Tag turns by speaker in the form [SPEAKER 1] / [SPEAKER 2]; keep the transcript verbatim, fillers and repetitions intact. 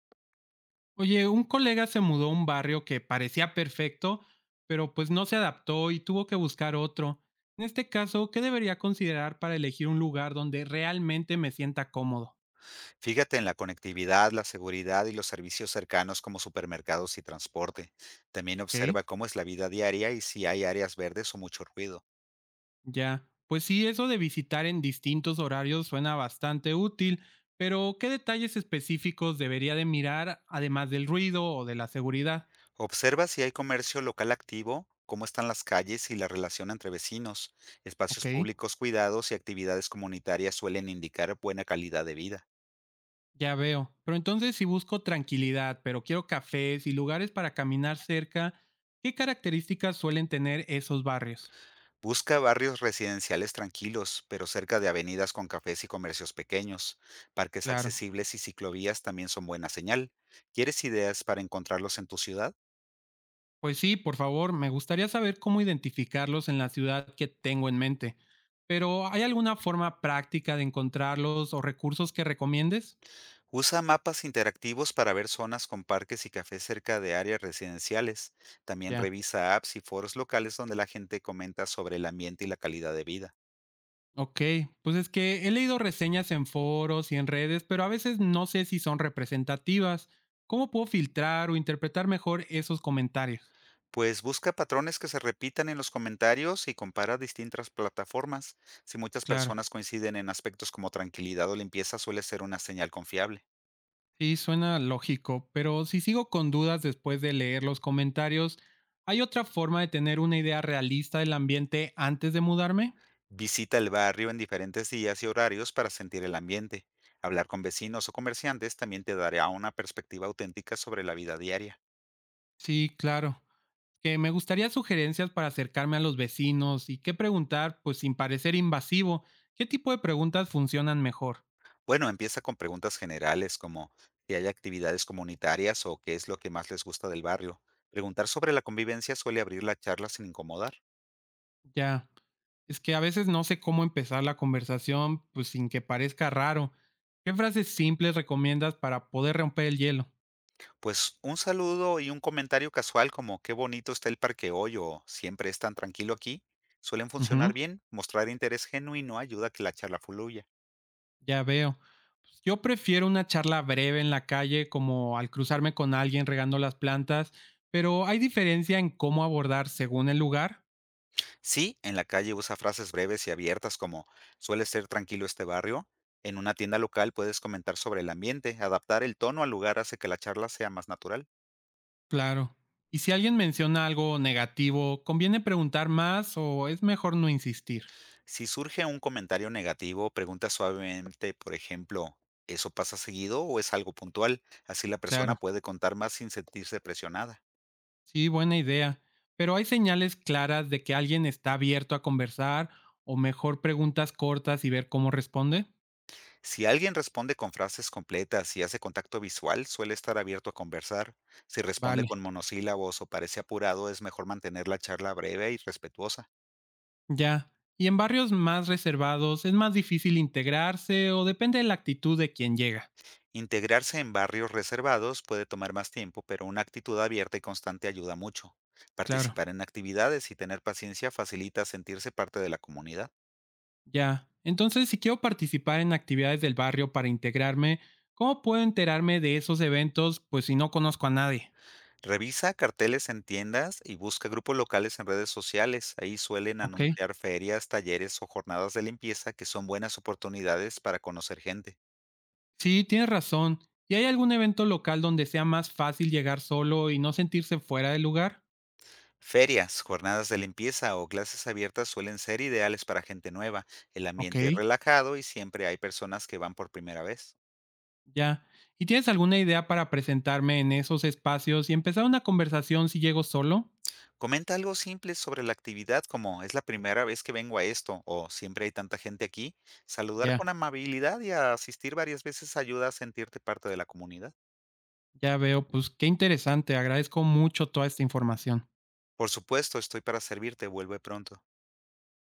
[SPEAKER 1] Oye, un colega se mudó a un barrio que parecía perfecto, pero pues no se adaptó y tuvo que buscar otro. En este caso, ¿qué debería considerar para elegir un lugar donde realmente me sienta cómodo?
[SPEAKER 2] Fíjate en la conectividad, la seguridad y los servicios cercanos como supermercados y transporte. También
[SPEAKER 1] Ok.
[SPEAKER 2] observa cómo es la vida diaria y si hay áreas verdes o mucho ruido.
[SPEAKER 1] Ya, pues sí, eso de visitar en distintos horarios suena bastante útil, pero ¿qué detalles específicos debería de mirar además del ruido o de la seguridad?
[SPEAKER 2] Observa si hay comercio local activo, cómo están las calles y la relación entre vecinos.
[SPEAKER 1] Ok.
[SPEAKER 2] Espacios públicos cuidados y actividades comunitarias suelen indicar buena calidad de vida.
[SPEAKER 1] Ya veo. Pero entonces, si busco tranquilidad, pero quiero cafés y lugares para caminar cerca, ¿qué características suelen tener esos barrios?
[SPEAKER 2] Busca barrios residenciales tranquilos, pero cerca de avenidas con cafés y comercios pequeños. Parques
[SPEAKER 1] Claro.
[SPEAKER 2] accesibles y ciclovías también son buena señal. ¿Quieres ideas para encontrarlos en tu ciudad?
[SPEAKER 1] Pues sí, por favor, me gustaría saber cómo identificarlos en la ciudad que tengo en mente. Pero ¿hay alguna forma práctica de encontrarlos o recursos que recomiendes?
[SPEAKER 2] Usa mapas interactivos para ver zonas con parques y cafés cerca de áreas residenciales. También
[SPEAKER 1] Ya.
[SPEAKER 2] revisa apps y foros locales donde la gente comenta sobre el ambiente y la calidad de vida.
[SPEAKER 1] Ok, pues es que he leído reseñas en foros y en redes, pero a veces no sé si son representativas. ¿Cómo puedo filtrar o interpretar mejor esos comentarios?
[SPEAKER 2] Pues busca patrones que se repitan en los comentarios y compara distintas plataformas. Si muchas
[SPEAKER 1] Claro.
[SPEAKER 2] personas coinciden en aspectos como tranquilidad o limpieza, suele ser una señal confiable.
[SPEAKER 1] Sí, suena lógico, pero si sigo con dudas después de leer los comentarios, ¿hay otra forma de tener una idea realista del ambiente antes de mudarme?
[SPEAKER 2] Visita el barrio en diferentes días y horarios para sentir el ambiente. Hablar con vecinos o comerciantes también te dará una perspectiva auténtica sobre la vida diaria.
[SPEAKER 1] Sí, claro. Que me gustaría sugerencias para acercarme a los vecinos y qué preguntar, pues sin parecer invasivo. ¿Qué tipo de preguntas funcionan mejor?
[SPEAKER 2] Bueno, empieza con preguntas generales como si hay actividades comunitarias o qué es lo que más les gusta del barrio. Preguntar sobre la convivencia suele abrir la charla sin incomodar.
[SPEAKER 1] Ya. Es que a veces no sé cómo empezar la conversación, pues sin que parezca raro. ¿Qué frases simples recomiendas para poder romper el hielo?
[SPEAKER 2] Pues un saludo y un comentario casual como ¿qué bonito está el parque hoy? O ¿siempre es tan tranquilo aquí? Suelen funcionar
[SPEAKER 1] Ujú.
[SPEAKER 2] bien. Mostrar interés genuino ayuda a que la charla fluya.
[SPEAKER 1] Ya veo. Pues yo prefiero una charla breve en la calle, como al cruzarme con alguien regando las plantas, pero ¿hay diferencia en cómo abordar según el lugar?
[SPEAKER 2] Sí, en la calle usa frases breves y abiertas como ¿suele ser tranquilo este barrio? En una tienda local puedes comentar sobre el ambiente. Adaptar el tono al lugar hace que la charla sea más natural.
[SPEAKER 1] Claro. Y si alguien menciona algo negativo, ¿conviene preguntar más o es mejor no insistir?
[SPEAKER 2] Si surge un comentario negativo, pregunta suavemente, por ejemplo, ¿eso pasa seguido o es algo puntual? Así la persona
[SPEAKER 1] Claro.
[SPEAKER 2] puede contar más sin sentirse presionada.
[SPEAKER 1] Sí, buena idea. Pero ¿hay señales claras de que alguien está abierto a conversar o mejor preguntas cortas y ver cómo responde?
[SPEAKER 2] Si alguien responde con frases completas y hace contacto visual, suele estar abierto a conversar. Si responde
[SPEAKER 1] Vale.
[SPEAKER 2] con monosílabos o parece apurado, es mejor mantener la charla breve y respetuosa.
[SPEAKER 1] Ya. Y en barrios más reservados, ¿es más difícil integrarse o depende de la actitud de quien llega?
[SPEAKER 2] Integrarse en barrios reservados puede tomar más tiempo, pero una actitud abierta y constante ayuda mucho.
[SPEAKER 1] Claro.
[SPEAKER 2] Participar en actividades y tener paciencia facilita sentirse parte de la comunidad.
[SPEAKER 1] Ya. Entonces, si quiero participar en actividades del barrio para integrarme, ¿cómo puedo enterarme de esos eventos? Pues si no conozco a nadie.
[SPEAKER 2] Revisa carteles en tiendas y busca grupos locales en redes sociales. Ahí suelen
[SPEAKER 1] Ok.
[SPEAKER 2] anunciar ferias, talleres o jornadas de limpieza que son buenas oportunidades para conocer gente.
[SPEAKER 1] Sí, tienes razón. ¿Y hay algún evento local donde sea más fácil llegar solo y no sentirse fuera del lugar?
[SPEAKER 2] Ferias, jornadas de limpieza o clases abiertas suelen ser ideales para gente nueva. El
[SPEAKER 1] Ok.
[SPEAKER 2] ambiente es relajado y siempre hay personas que van por primera vez.
[SPEAKER 1] Ya. ¿Y tienes alguna idea para presentarme en esos espacios y empezar una conversación si llego solo?
[SPEAKER 2] Comenta algo simple sobre la actividad como es la primera vez que vengo a esto o siempre hay tanta gente aquí. Saludar
[SPEAKER 1] Ya.
[SPEAKER 2] con amabilidad y asistir varias veces ayuda a sentirte parte de la comunidad.
[SPEAKER 1] Ya veo, pues qué interesante, agradezco mucho toda esta información.
[SPEAKER 2] Por supuesto, estoy para servirte. Vuelve pronto.